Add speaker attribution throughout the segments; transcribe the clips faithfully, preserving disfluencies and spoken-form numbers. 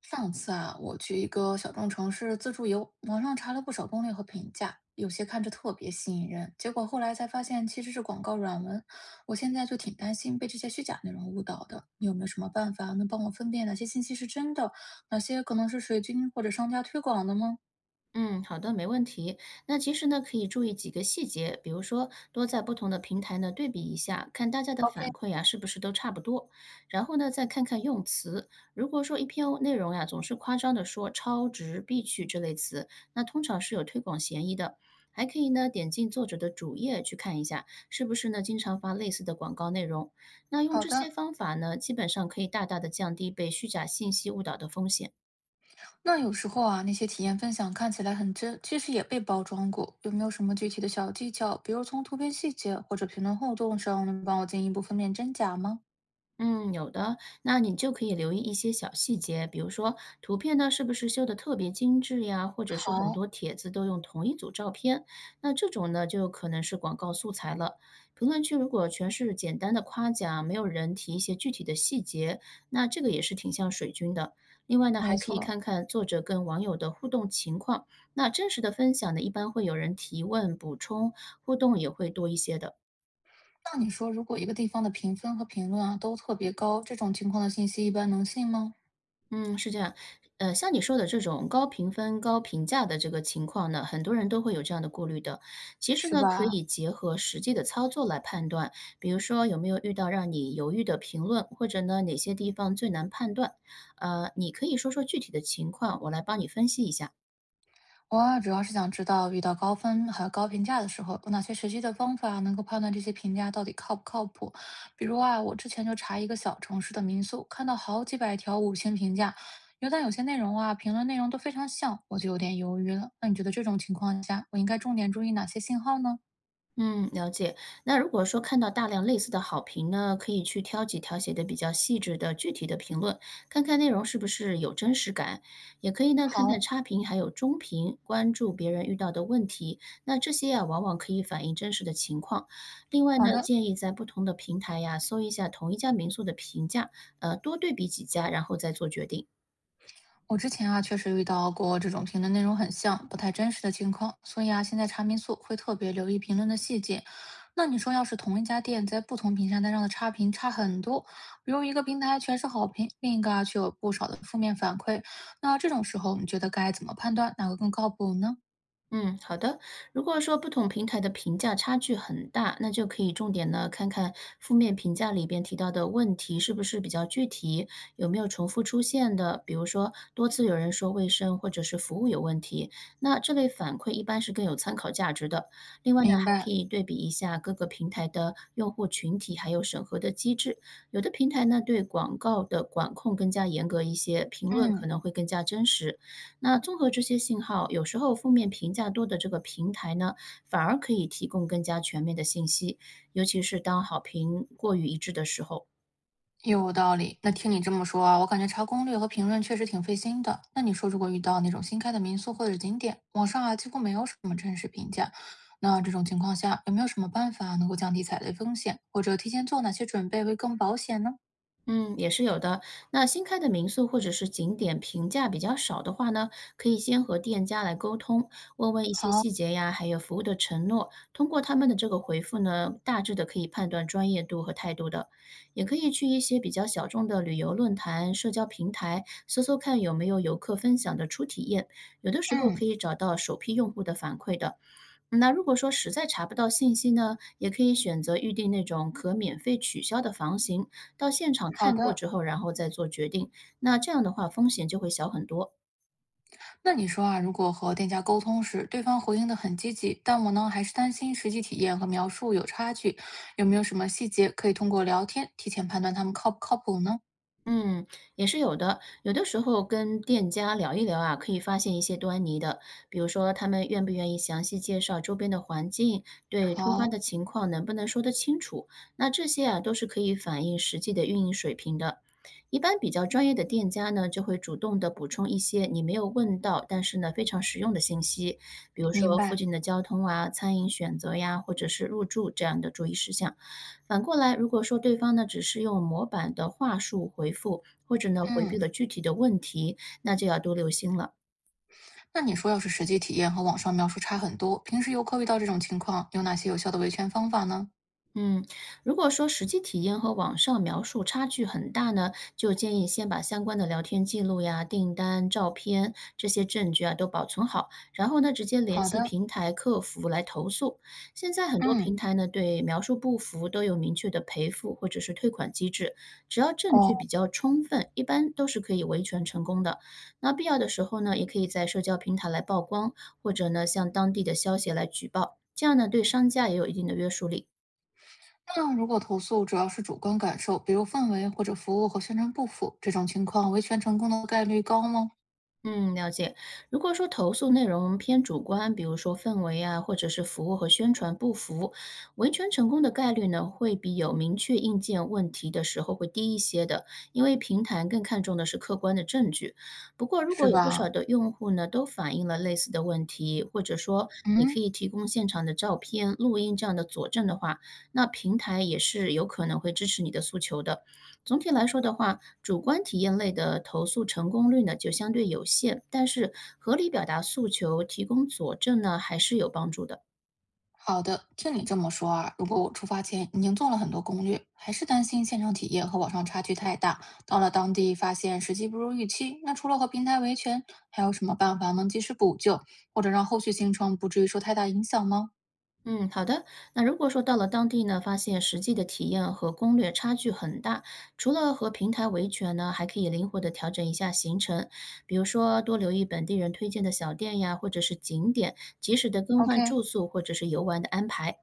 Speaker 1: 上次啊，我去一个小众城市自助游，网上查了不少攻略和评价，有些看着特别吸引人，结果后来才发现其实是广告软文。我现在就挺担心被这些虚假内容误导的，你有没有什么办法能帮我分辨哪些信息是真的，哪些可能是水军或者商家推广的吗
Speaker 2: 嗯，好的，没问题。那其实呢，可以注意几个细节，比如说多在不同的平台呢对比一下，看大家的
Speaker 1: ？OK，
Speaker 2: 反馈呀、是不是都差不多。然后呢，再看看用词。如果说一篇内容呀、总是夸张的说超值、必去这类词，那通常是有推广嫌疑的。还可以呢，点进作者的主页去看一下，是不是呢经常发类似的广告内容。那用
Speaker 1: 好
Speaker 2: 这些
Speaker 1: 的。
Speaker 2: 方法呢，基本上可以大大的降低被虚假信息误导的风险。
Speaker 1: 那有时候啊，那些体验分享看起来很真，其实也被包装过。有没有什么具体的小技巧，比如从图片细节或者评论互动上，能帮我进一步分辨真假吗？
Speaker 2: 嗯，有的，那你就可以留意一些小细节，比如说图片呢是不是修的特别精致呀，或者是很多
Speaker 1: 好，
Speaker 2: 帖子都用同一组照片，那这种呢就可能是广告素材了。评论区如果全是简单的夸奖，没有人提一些具体的细节，那这个也是挺像水军的。另外呢，还
Speaker 1: 没
Speaker 2: 可以
Speaker 1: 错，
Speaker 2: 看看作者跟网友的互动情况，那真实的分享呢，一般会有人提问、补充，互动也会多一些的。
Speaker 1: 那你说，如果一个地方的评分和评论啊都特别高，这种情况的信息一般能信吗？
Speaker 2: 嗯，是这样。呃，像你说的这种高评分、高评价的这个情况呢，很多人都会有这样的顾虑的。其实
Speaker 1: 是
Speaker 2: 呢，可
Speaker 1: 吧？
Speaker 2: 以结合实际的操作来判断，比如说有没有遇到让你犹豫的评论，或者呢哪些地方最难判断。呃，你可以说说具体的情况，我来帮你分析一下。
Speaker 1: 我啊主要是想知道，遇到高分还有高评价的时候，有哪些实际的方法能够判断这些评价到底靠不靠谱？比如啊，我之前就查一个小城市的民宿，看到好几百条五星评价，有但有些内容啊，评论内容都非常像，我就有点犹豫了。那你觉得这种情况下，我应该重点注意哪些信号呢？
Speaker 2: 嗯，了解。那如果说看到大量类似的好评呢，可以去挑几条写的比较细致的具体的评论，看看内容是不是有真实感。也可以呢，看看
Speaker 1: 好，
Speaker 2: 差评还有中评，关注别人遇到的问题。那这些呀，往往可以反映真实的情况。另外
Speaker 1: 好
Speaker 2: 呢，
Speaker 1: 的，
Speaker 2: 建议在不同的平台呀，搜一下同一家民宿的评价，呃，多对比几家，然后再做决定。
Speaker 1: 我之前啊，确实遇到过这种评论内容很像、不太真实的情况，所以啊，现在查民宿会特别留意评论的细节。那你说，要是同一家店在不同平台上的差评差很多，比如一个平台全是好评，另一个啊却有不少的负面反馈，那这种时候，你觉得该怎么判断哪个更靠谱呢？
Speaker 2: 嗯，好的。如果说不同平台的评价差距很大，那就可以重点呢看看负面评价里边提到的问题是不是比较具体，有没有重复出现的，比如说多次有人说卫生或者是服务有问题，那这类反馈一般是更有参考价值的。另外呢，
Speaker 1: 明
Speaker 2: 还可
Speaker 1: 白，
Speaker 2: 以对比一下各个平台的用户群体还有审核的机制，有的平台呢对广告的管控更加严格一些，评论可
Speaker 1: 嗯。
Speaker 2: 能会更加真实。那综合这些信号，有时候负面评价多的这个平台呢，反而可以提供更加全面的信息，尤其是当好评过于一致的时候。
Speaker 1: 有道理。那听你这么说啊，我感觉查攻略和评论确实挺费心的。那你说，如果遇到那种新开的民宿或者景点，网上啊几乎没有什么真实评价，那这种情况下，有没有什么办法能够降低踩雷风险，或者提前做哪些准备会更保险呢？
Speaker 2: 嗯，也是有的。那新开的民宿或者是景点评价比较少的话呢，可以先和店家来沟通，问问一些
Speaker 1: 好，
Speaker 2: 细节呀，还有服务的承诺。通过他们的这个回复呢，大致的可以判断专业度和态度的。也可以去一些比较小众的旅游论坛、社交平台搜搜看有没有游客分享的初体验，有的时候可
Speaker 1: 嗯，
Speaker 2: 以找到首批用户的反馈的。那如果说实在查不到信息呢，也可以选择预定那种可免费取消的房型，到现场
Speaker 1: 好
Speaker 2: 看过
Speaker 1: 的。
Speaker 2: 之后，然后再做决定。那这样的话，风险就会小很多。
Speaker 1: 那你说啊，如果和店家沟通时，对方回应的很积极，但我呢还是担心实际体验和描述有差距，有没有什么细节可以通过聊天提前判断他们靠不靠谱呢？
Speaker 2: 嗯，也是有的。有的时候跟店家聊一聊啊，可以发现一些端倪的。比如说，他们愿不愿意详细介绍周边的环境，对突发
Speaker 1: 好，
Speaker 2: 的情况能不能说得清楚？那这些啊，都是可以反映实际的运营水平的。一般比较专业的店家呢，就会主动的补充一些你没有问到，但是呢非常实用的信息，比如
Speaker 1: 明
Speaker 2: 说附
Speaker 1: 白。
Speaker 2: 近的交通啊、餐饮选择呀，或者是入住这样的注意事项。反过来，如果说对方呢只是用模板的话术回复，或者呢回避
Speaker 1: 嗯。
Speaker 2: 了具体的问题，那就要多留心了。
Speaker 1: 那你说，要是实际体验和网上描述差很多，平时游客遇到这种情况，有哪些有效的维权方法呢？
Speaker 2: 嗯，如果说实际体验和网上描述差距很大呢，就建议先把相关的聊天记录呀、订单、照片这些证据啊都保存好，然后呢直接联
Speaker 1: 好
Speaker 2: 系
Speaker 1: 的，
Speaker 2: 平台客服来投诉。现在很多平
Speaker 1: 嗯，
Speaker 2: 台呢对描述不符都有明确的赔付或者是退款机制，只要证
Speaker 1: 哦，
Speaker 2: 据比较充分，一般都是可以维权成功的。那必要的时候呢，也可以在社交平台来曝光，或者呢向当地的消协来举报，这样呢对商家也有一定的约束力。
Speaker 1: 那如果投诉主要是主观感受，比如氛围或者服务和宣传不符，这种情况维权成功的概率高吗？
Speaker 2: 嗯，了解。如果说投诉内容偏主观，比如说氛围啊，或者是服务和宣传不符，维权成功的概率呢，会比有明确硬件问题的时候会低一些的，因为平台更看重的是客观的证据。不过，如果
Speaker 1: 是
Speaker 2: 有不少
Speaker 1: 吧？
Speaker 2: 的用户呢，都反映了类似的问题，或者说你可
Speaker 1: 嗯。
Speaker 2: 以提供现场的照片、录音这样的佐证的话，那平台也是有可能会支持你的诉求的。总体来说的话，主观体验类的投诉成功率呢就相对有限，但是合理表达诉求、提供佐证呢还是有帮助的。
Speaker 1: 好的，听你这么说啊，如果我出发前已经做了很多攻略，还是担心现场体验和网上差距太大，到了当地发现实际不如预期，那除了和平台维权，还有什么办法能及时补救，或者让后续行程不至于受太大影响吗
Speaker 2: 嗯，好的。那如果说到了当地呢，发现实际的体验和攻略差距很大，除了和平台维权呢，还可以灵活的调整一下行程，比如说多留意本地人推荐的小店呀，或者是景点，及时的更换
Speaker 1: ？OK，
Speaker 2: 住宿或者是游玩的安排。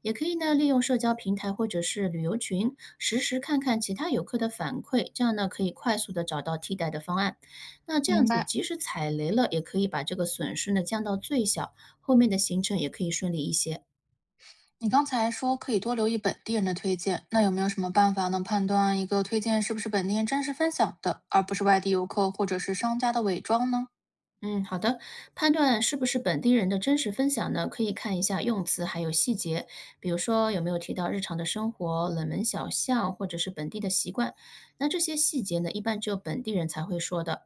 Speaker 2: 也可以呢，利用社交平台或者是旅游群，实时看看其他游客的反馈，这样呢可以快速的找到替代的方案。那这样
Speaker 1: 明
Speaker 2: 子，
Speaker 1: 白。
Speaker 2: 即使踩雷了，也可以把这个损失呢降到最小，后面的行程也可以顺利一些。
Speaker 1: 你刚才说可以多留意本地人的推荐，那有没有什么办法能判断一个推荐是不是本地人真实分享的，而不是外地游客或者是商家的伪装呢？
Speaker 2: 嗯，好的。判断是不是本地人的真实分享呢，可以看一下用词还有细节，比如说有没有提到日常的生活、冷门小巷，或者是本地的习惯。那这些细节呢，一般只有本地人才会说的。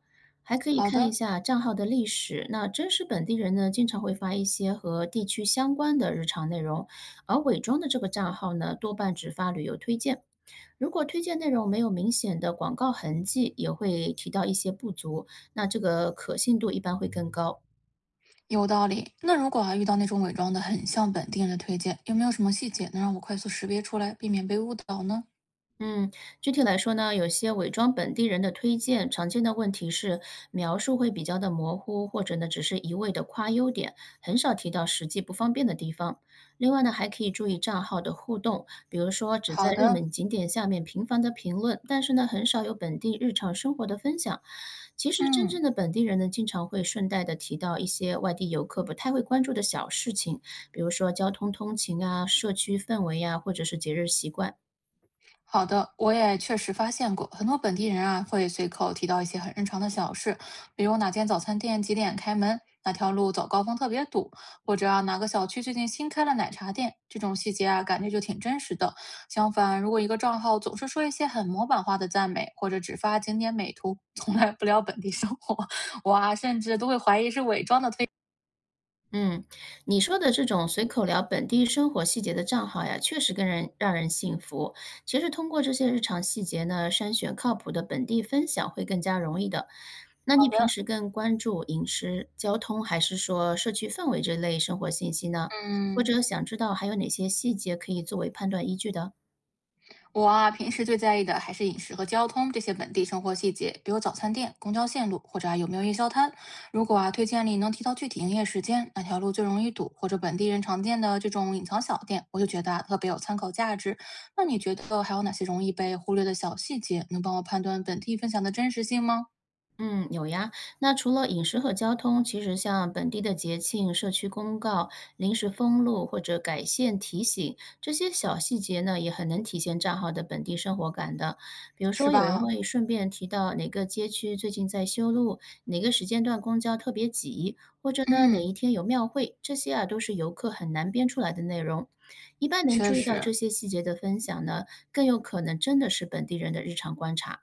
Speaker 2: 还可以
Speaker 1: 好
Speaker 2: 看一
Speaker 1: 的，
Speaker 2: 下账号的历史。那真实本地人呢，经常会发一些和地区相关的日常内容，而伪装的这个账号呢，多半只发旅游推荐。如果推荐内容没有明显的广告痕迹，也会提到一些不足，那这个可信度一般会更高。
Speaker 1: 有道理。那如果啊遇到那种伪装的很像本地人的推荐，有没有什么细节能让我快速识别出来，避免被误导呢？
Speaker 2: 嗯，具体来说呢，有些伪装本地人的推荐，常见的问题是描述会比较的模糊，或者呢只是一味的夸优点，很少提到实际不方便的地方。另外呢，还可以注意账号的互动，比如说只在
Speaker 1: 好
Speaker 2: 热
Speaker 1: 的，
Speaker 2: 门景点下面频繁的评论，但是呢很少有本地日常生活的分享。其实真正
Speaker 1: 嗯。
Speaker 2: 的本地人呢，经常会顺带的提到一些外地游客不太会关注的小事情，比如说交通通勤啊、社区氛围呀、或者是节日习惯。
Speaker 1: 好的，我也确实发现过，很多本地人啊会随口提到一些很日常的小事，比如哪间早餐店几点开门，哪条路早高峰特别堵，或者啊哪个小区最近新开了奶茶店，这种细节啊感觉就挺真实的。相反，如果一个账号总是说一些很模板化的赞美，或者只发景点美图，从来不聊本地生活，我啊甚至都会怀疑是伪装的推。
Speaker 2: 嗯，你说的这种随口聊本地生活细节的账号呀，确实跟人让人信服。其实通过这些日常细节呢，筛选靠谱的本地分享会更加容易的。那
Speaker 1: 好
Speaker 2: 你平
Speaker 1: 的，
Speaker 2: 时更关注饮食、交通，还是说社区氛围这类生活信息呢？或
Speaker 1: 嗯。
Speaker 2: 者想知道还有哪些细节可以作为判断依据的？
Speaker 1: 我啊，平时最在意的还是饮食和交通这些本地生活细节，比如早餐店、公交线路，或者啊有没有夜宵摊。如果啊推荐里能提到具体营业时间，哪条路最容易堵，或者本地人常见的这种隐藏小店，我就觉得啊特别有参考价值。那你觉得还有哪些容易被忽略的小细节，能帮我判断本地分享的真实性吗？
Speaker 2: 嗯，有呀。那除了饮食和交通，其实像本地的节庆、社区公告、临时封路或者改线提醒这些小细节呢，也很能体现账号的本地生活感的。比如
Speaker 1: 是
Speaker 2: 说，有人
Speaker 1: 吧？
Speaker 2: 会顺便提到哪个街区最近在修路，哪个时间段公交特别挤，或者呢哪一
Speaker 1: 嗯，
Speaker 2: 天有庙会，这些啊都是游客很难编出来的内容。一般能
Speaker 1: 确
Speaker 2: 注意到这
Speaker 1: 实。
Speaker 2: 些细节的分享呢，更有可能真的是本地人的日常观察。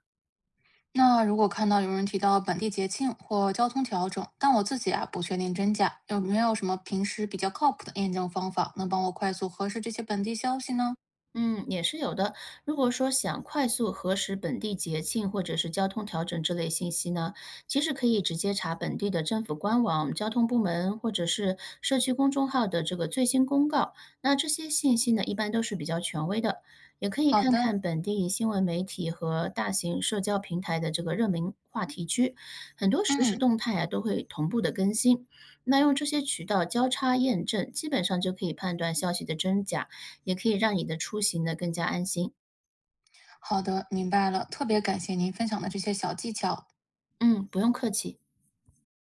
Speaker 1: 那如果看到有人提到本地节庆或交通调整，但我自己啊不确定真假，有没有什么平时比较靠谱的验证方法，能帮我快速核实这些本地消息呢？
Speaker 2: 嗯，也是有的。如果说想快速核实本地节庆或者是交通调整这类信息呢，其实可以直接查本地的政府官网、交通部门或者是社区公众号的这个最新公告。那这些信息呢，一般都是比较权威的，也可以
Speaker 1: 好
Speaker 2: 看
Speaker 1: 的，
Speaker 2: 看本地新闻媒体和大型社交平台的这个热门话题区，很多实时
Speaker 1: 嗯，
Speaker 2: 动态啊都会同步的更新。那用这些渠道交叉验证，基本上就可以判断消息的真假。也可以让你的出行呢更加安心。
Speaker 1: 好的，明白了，特别感谢您分享的这些小技巧。
Speaker 2: 嗯，不用客气。